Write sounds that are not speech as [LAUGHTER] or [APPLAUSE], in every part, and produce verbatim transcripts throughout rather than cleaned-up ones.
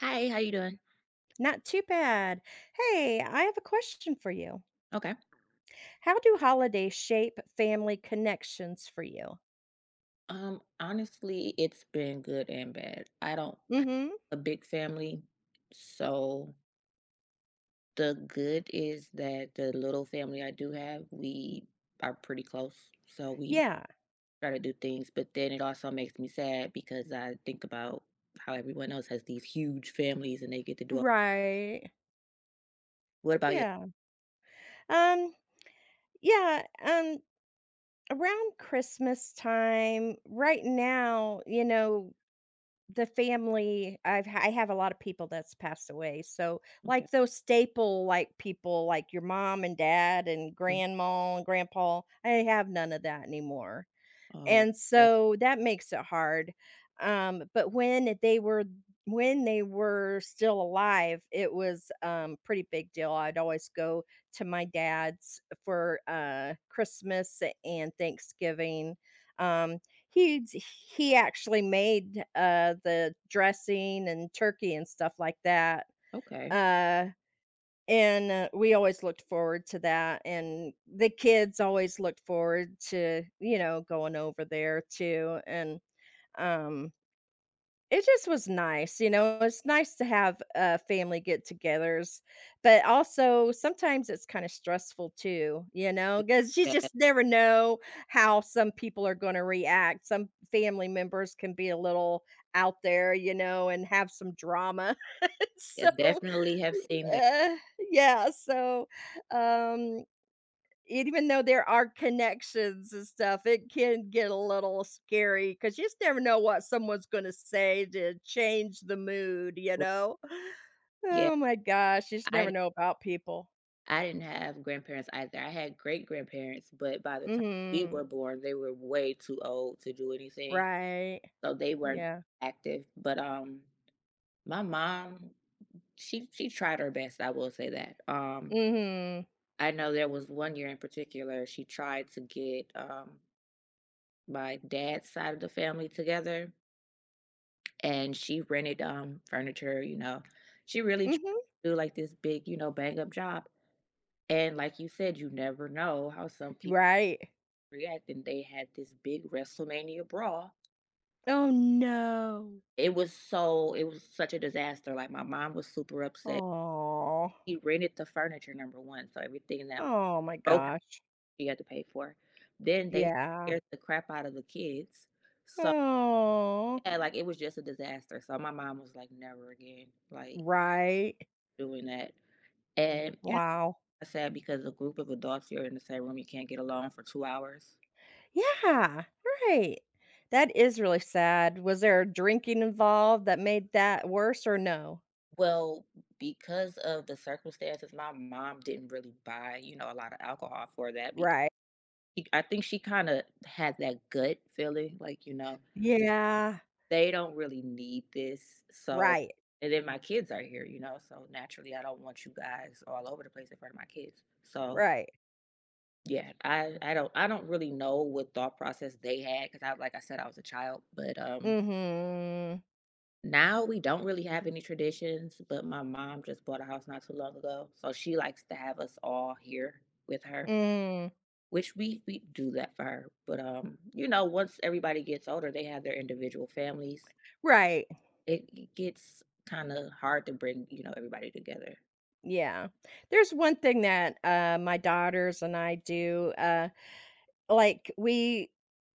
Hi, how you doing? Not too bad. Hey, I have a question for you. Okay. How do holidays shape family connections for you? Um, honestly, it's been good and bad. I don't have Mm-hmm. a big family, so the good is that the little family I do have, we are pretty close. So we Yeah, try to do things, but then it also makes me sad because I think about how everyone else has these huge families and they get to do all. right, What about you? yeah. Um, yeah, um, around Christmas time, right now, you know, the family I've ha- I have a lot of people that's passed away. So Okay. like those staple like people like your mom and dad and Mhm. grandma and grandpa, I have none of that anymore. Oh, And right. so that makes it hard. Um, but when they were when they were still alive, it was, um, pretty big deal. I'd always go to my dad's for, uh, Christmas and Thanksgiving. Um, he he actually made, uh, the dressing and turkey and stuff like that. Okay. Uh and, uh, we always looked forward to that, and the kids always looked forward to, you know, going over there too, and, um, it just was nice, you know, It's nice to have, uh, family get-togethers, but also sometimes it's kinda stressful too, you know, because you Yeah, just never know how some people are gonna react. Some family members can be a little out there, you know, and have some drama. [LAUGHS] I So definitely have seen that. uh, yeah, so, um, even though there are connections and stuff, it can get a little scary because you just never know what someone's gonna say to change the mood, you know? [SIGHS] Yeah, Oh my gosh, you just never I know about people. I didn't have grandparents either. I had great grandparents, but by the time we Mhm. were born, they were way too old to do anything. Right. So they weren't Yeah. active. But um my mom, she she tried her best, I will say that. Um Mhm. I know there was one year in particular, she tried to get um my dad's side of the family together and she rented um furniture, you know. She really tried Mhm. to do like this big, you know, bang up job. And like you said, you never know how some people Right. react and they had this big WrestleMania brawl. Oh, no. It was so it was such a disaster. Like my mom was super upset. Oh. He rented the furniture number one, so everything that Oh my broke gosh. she had to pay for. Then they Yeah. scared the crap out of the kids. So Oh. yeah, like it was just a disaster. So my mom was like, never again, like Right. doing that. And you know, Wow. it's sad because a group of adults you're in the same room, you can't get along for two hours. Yeah, right. That is really sad. Was there drinking involved that made that worse or no? Well, because of the circumstances, my mom didn't really buy, you know, a lot of alcohol for that because Right. she, I think she kind of had that gut feeling like, you know, Yeah, they don't really need this. So, right, and then my kids are here, you know, so naturally I don't want you guys all over the place in front of my kids. So, right. yeah, I I don't I don't really know what thought process they had because I like I said I was a child, but um Mhm. now we don't really have any traditions, but my mom just bought a house not too long ago, so she likes to have us all here with her, Mm. which we we do that for her. But, um, you know, once everybody gets older, they have their individual families. Right. It it gets kinda hard to bring, you know, everybody together. Yeah. There's one thing that, uh, my daughters and I do, uh Like, we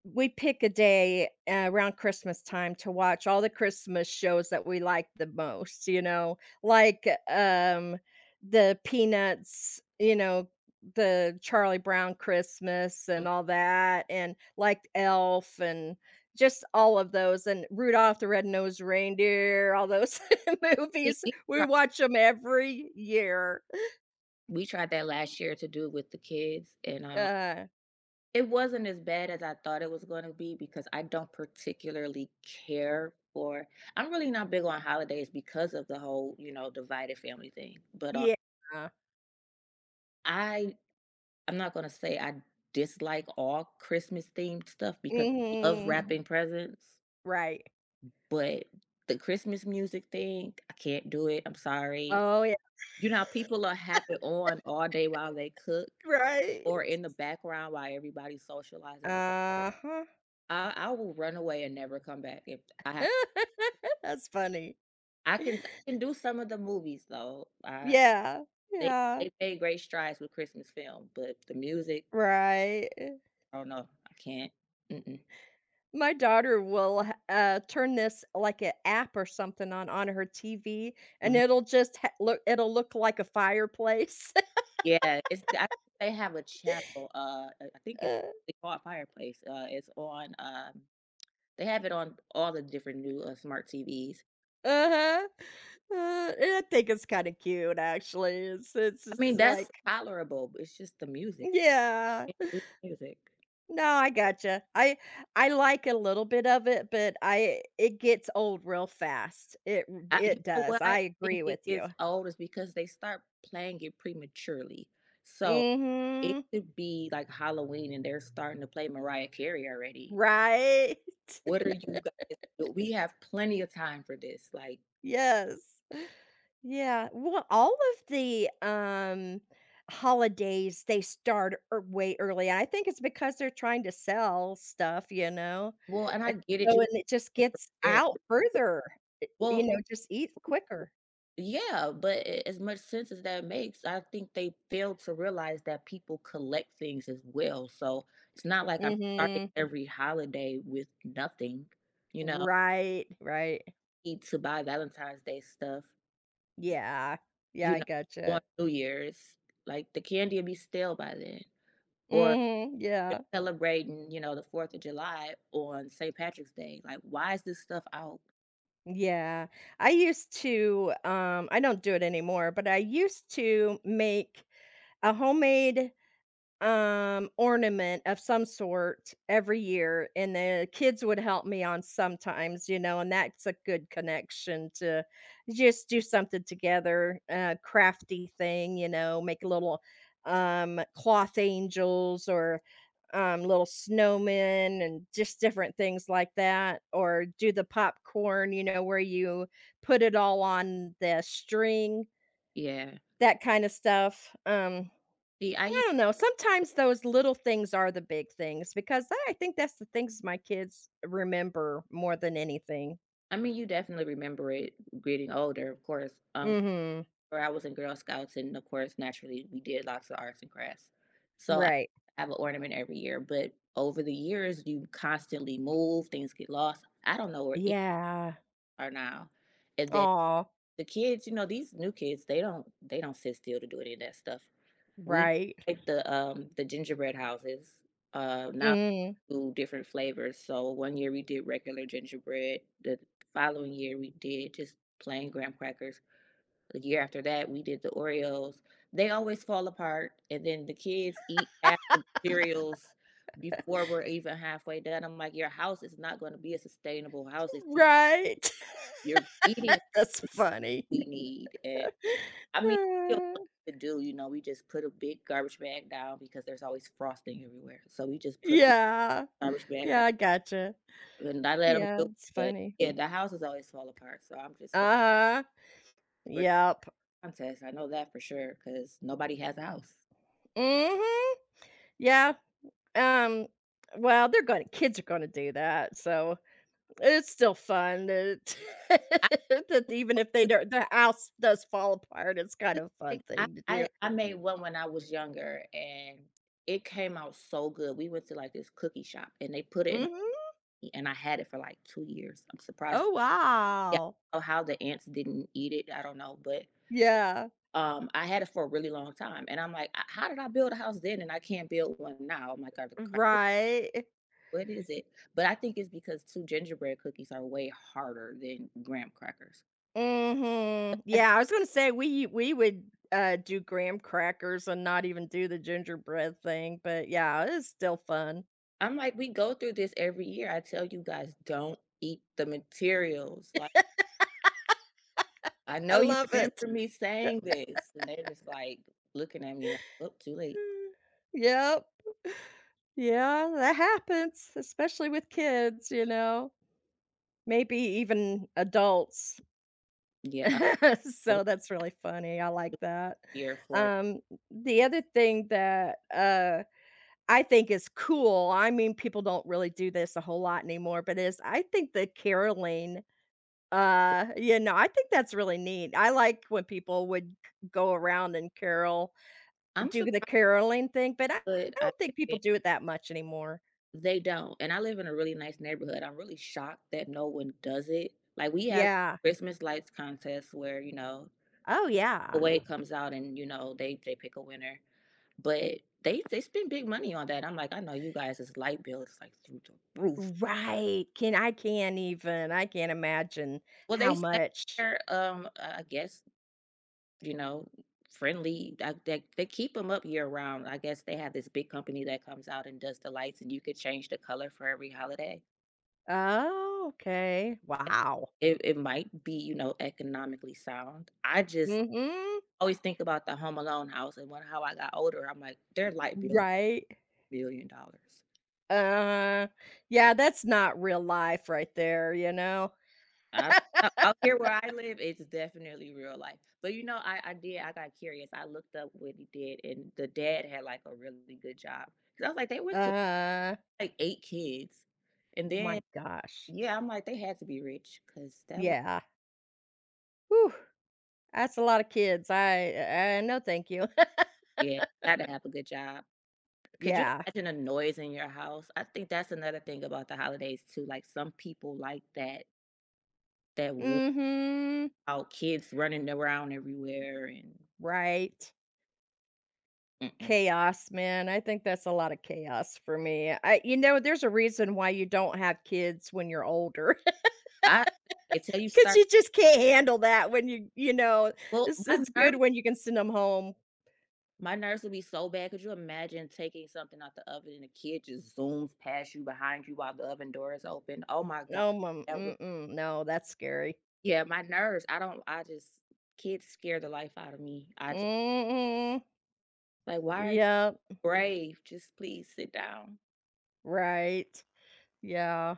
we pick a day uh, around Christmas time to watch all the Christmas shows that we like the most, you know, like, um, the Peanuts, you know, the Charlie Brown Christmas Mm. and all that, and, like, Elf and just all of those, and Rudolph the Red-Nosed Reindeer, all those [LAUGHS] See, movies, we we watch them every year. [LAUGHS] We tried that last year to do it with the kids, and, um, Uh, it wasn't as bad as I thought it was gonna be because I don't particularly care for — I'm really not big on holidays because of the whole, you know, divided family thing, but, um, yeah. I I'm not gonna say I dislike all Christmas-themed stuff because I love, mhm, Mhm. wrapping presents, Right. but the Christmas music thing, I can't do it, I'm sorry. Oh, yeah. You know how people are having on all day while they cook, Right. or in the background while everybody's socializing? Uh-huh. I, I will run away and never come back if I have. [LAUGHS] That's funny. I can I can do some of the movies though. I Yeah, they yeah, they made great strides with Christmas film, but the music, right. I don't know, I can't. Mm-mm. My daughter will h uh, turn this like an app or something on on her T V, and Mhm. it'll just ha look it'll look like a fireplace. [LAUGHS] Yeah, it's I, think they have a channel. Uh, I I think it's they call it Fireplace. Uh, it's on. Um, they have it on all the different new uh, smart T Vs. Uh-huh. Uh, and I think it's kinda cute, actually. It's it's I mean, just that's like tolerable, but it's just the music. yeah. I can't do the music. No, I gotcha. I I like a little bit of it, but I it gets old real fast. It r I You it know what? does. I I think agree it with you. gets old is because they start playing it prematurely. So it Mhm. could be like Halloween and they're starting to play Mariah Carey already. Right? [LAUGHS] What are you [LAUGHS] guys do? We have plenty of time for this. Like, Yes. Yeah. Well, all of the, um, holidays, they start ear way early. I think it's because they're trying to sell stuff, you know? well, and And I get it, so you and it just gets care. out further, I you Well, know, just eat quicker. yeah, but a- as much sense as that makes, I think they fail to realize that people collect things as well. So it's not like I'm starting Mhm. every holiday with nothing, you know, Right, right. need to buy Valentine's Day stuff, Yeah. Yeah, you I know, on gotcha. New Year's, like the candy will be stale by then, or Mhm, yeah. celebrating, you know, the fourth of July on Saint Patrick's Day. Like, why is this stuff out? Yeah. I used to, um I don't do it anymore, but I used to make a homemade um, ornament of some sort every year, and the kids would help me on sometimes, you know, and that's a good connection to just do something together, a crafty thing, you know, make little um, cloth angels or um, little snowmen and just different things like that, or do the popcorn, you know, where you put it all on the string, Yeah. that kind of stuff. Um, See, I, u- I don't know. Sometimes those little things are the big things because I I think that's the things my kids remember more than anything. I mean, you definitely remember it getting older, of course. Um, Mhm. Where I was in Girl Scouts, and of course, naturally, we did lots of arts and crafts. So I Right. have an ornament every year, but over the years, you constantly move, things get lost. I don't know where any Yeah. are now. And then Aw. the kids, you know, these new kids, they don't they don't sit still to do any of that stuff. We Right. like the um the gingerbread houses. Uh now Mm. we do different flavors. So one year we did regular gingerbread. The following year we did just plain graham crackers. The year after that we did the Oreos. They always fall apart and then the kids eat half the cereals before we're even halfway done. I'm like, your house is not going to be a sustainable house if you, Right. you're eating [LAUGHS] That's what funny. we need. And I mean, still Uh, plenty to do, you know, we just put a big garbage bag down because there's always frosting everywhere. So we just put a yeah. garbage bag Yeah, down I gotcha. and I let them do Yeah, it, it's but funny. yeah, the houses always fall apart. So I'm just like, Uh-huh. we're in Yep. a contest. I know that for sure, because nobody has a house. Mhm. Yeah. Um, well, they're gonna kids are gonna do that, so it's still fun that I [LAUGHS] that even if they don't the house does fall apart, it's kind of a fun think I thing to I do. I made one when I was younger and it came out so good. We went to like this cookie shop and they put it in a Mhm. and I had it for like 2 years. I'm surprised. Oh, Yeah, wow. I don't know how the ants didn't eat it. I don't know, but Yeah. Um, I had it for a really long time, and I'm like, "Uh, how did I build a house then and I can't build one now? I'm like, are the cracks? Right. What is it? But I think it's because two gingerbread cookies are way harder than graham crackers." Mhm. I, Yeah, I was gonna say we we would, uh, do graham crackers and not even do the gingerbread thing, but yeah, it's still fun. I'm like, we go through this every year. I tell you guys, don't eat the materials. Like, I I know you love remember it. [SIGHS] me saying this, and they're just like looking at me like, oh, too late. Mm. Yep. Yeah, that happens, especially with kids, you know? Maybe even adults. Yeah, [LAUGHS] I'm So that's really funny, I like that. here for. Um, the other thing that, uh, I think is cool, I mean, people don't really do this a whole lot anymore, but is I think the caroling, uh, you know, I think that's really neat. I like when people would g go around and carol, I'm do surprised. the caroling thing, but I I I don't think people do it that much anymore. They don't, and I live in a really nice neighborhood. I'm really shocked that no one does it. Like, we have Yeah. Christmas lights contests where, you know, Oh, the yeah. wave comes out and, you know, they they pick a winner, but they they spend big money on that. I'm like, "I know you guys' this light bill is, like, through the roof." Right, can I can't even I can't imagine Well, they how say much they're, um, I I guess, you know, friendly. I they they keep them up year-round. I guess they have this big company that comes out and does the lights, and you could change the color for every holiday. Oh, okay. Wow. It it might be, you know, economically sound. I just Mhm. always think about the Home Alone house, and when how I got older, I'm like, "Their light bill Right. one billion dollars." Uh, yeah, that's not real life right there, you know? I don't know. Out here where I live, it's definitely real life. But, you know, I I did I got curious. I looked up what he did, and the dad had, like, a really good job. Cause I was like, they went to, Uh, like, eight kids, and my then gosh. yeah, I'm like, "They had to be rich, cause that was" Yeah. Whew, that's a lot of kids. I uh, no thank you. [LAUGHS] yeah, gotta have a good job. Could you Yeah. imagine a noise in your house? I think that's another thing about the holidays too. Like some people like that that want mm Mhm. out kids running around everywhere and Right. mm-mm. Chaos, man. I think that's a lot of chaos for me. I you know, there's a reason why you don't have kids when you're older. I Until you 'Cause start, you just can't handle that when you you know, well, it's my it's [LAUGHS] good nerves when you can send them home. my nerves would be so bad. Could you imagine taking something out the oven and a kid just zooms past you behind you while the oven door is open? Oh my god. No, mom That would — mm-mm, no, that's scary. yeah, my nerves. I don't I just kids scare the life out of me. I just Mm-mm. like why are you Yep, brave? Just please sit down. right. Yeah.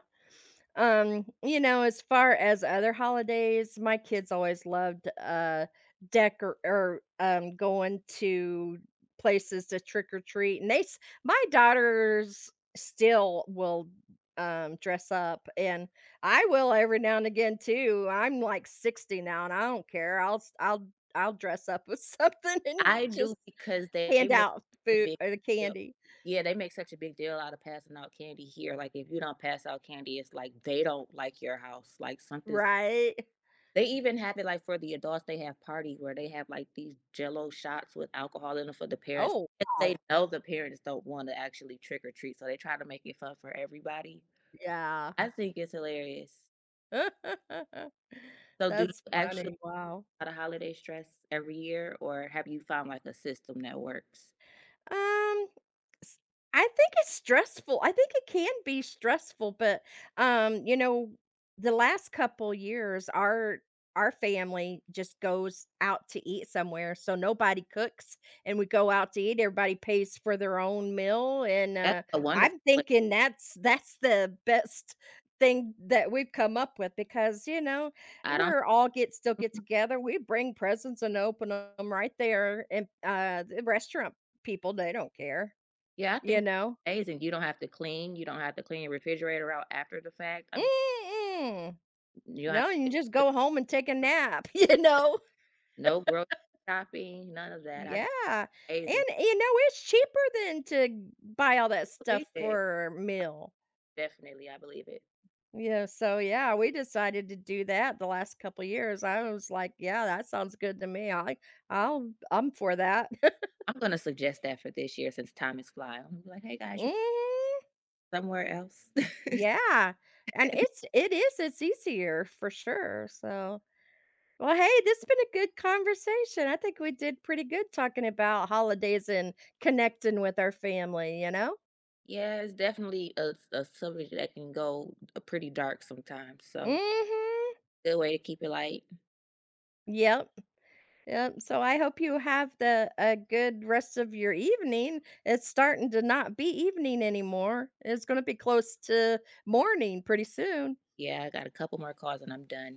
Um, you know, as far as other holidays, my kids always loved uh decor or um going to places to trick or treat. And they s- my daughters still will um dress up and I will every now and again too. I'm like sixty now and I don't care. I'll s- I'll I'll dress up with [LAUGHS] something and I do just because they hand make out a food big or the deal. candy. Yeah, they make such a big deal out of passing out candy here. Like if you don't pass out candy, it's like they don't like your house. Like something's Right? They even have it like for the adults, they have parties where they have like these jello shots with alcohol in them for the parents. Oh, 'Cause they wow. know the parents don't want to actually trick or treat, so they try to make it fun for everybody. Yeah. I think it's hilarious. [LAUGHS] So do you That's actually funny, wow. have a holiday stress every year or have you found like a system that works? Um, s I think it's stressful. I think it can be stressful, but, um, you know, the last couple years, our our family just goes out to eat somewhere, so nobody cooks, and we go out to eat, everybody pays for their own meal, and, That's uh, a wonderful I'm place. thinking that's that's the best thing that we've come up with because, you know, I don't. we're all get still get Mhm. together, we bring presents and open them right there in, uh, the restaurant people, they don't care, Yeah, I you think that's know? amazing. You don't have to clean, you don't have to clean your refrigerator out after the fact. I mean, Mm-mm. you don't have No, you to can get just the— go home and take a nap, [LAUGHS] you know? [LAUGHS] no grocery shopping, none of that. I think Yeah, and, amazing. eh, you know, it's cheaper than to buy all that I believe stuff it. for a meal. Definitely, I believe it. Yeah, so, yeah, we decided to do that the last couple years. I was like, "Yeah, that sounds good to me. I I'll I'm for that." [LAUGHS] I'm gonna suggest that for this year since time is flying. I'm gonna be like, hey guys, you Mhm. somewhere else. [LAUGHS] Yeah, and it's it is, it's easier for sure, so well, hey, this has been a good conversation. I think we did pretty good talking about holidays and connecting with our family, you know? Yeah, it's definitely a, a subject that can go uh, pretty dark sometimes. So Mhm. good way to keep it light. Yep. Yep. So I hope you have the a good rest of your evening. It's starting to not be evening anymore. It's going to be close to morning pretty soon. Yeah, I got a couple more calls and I'm done.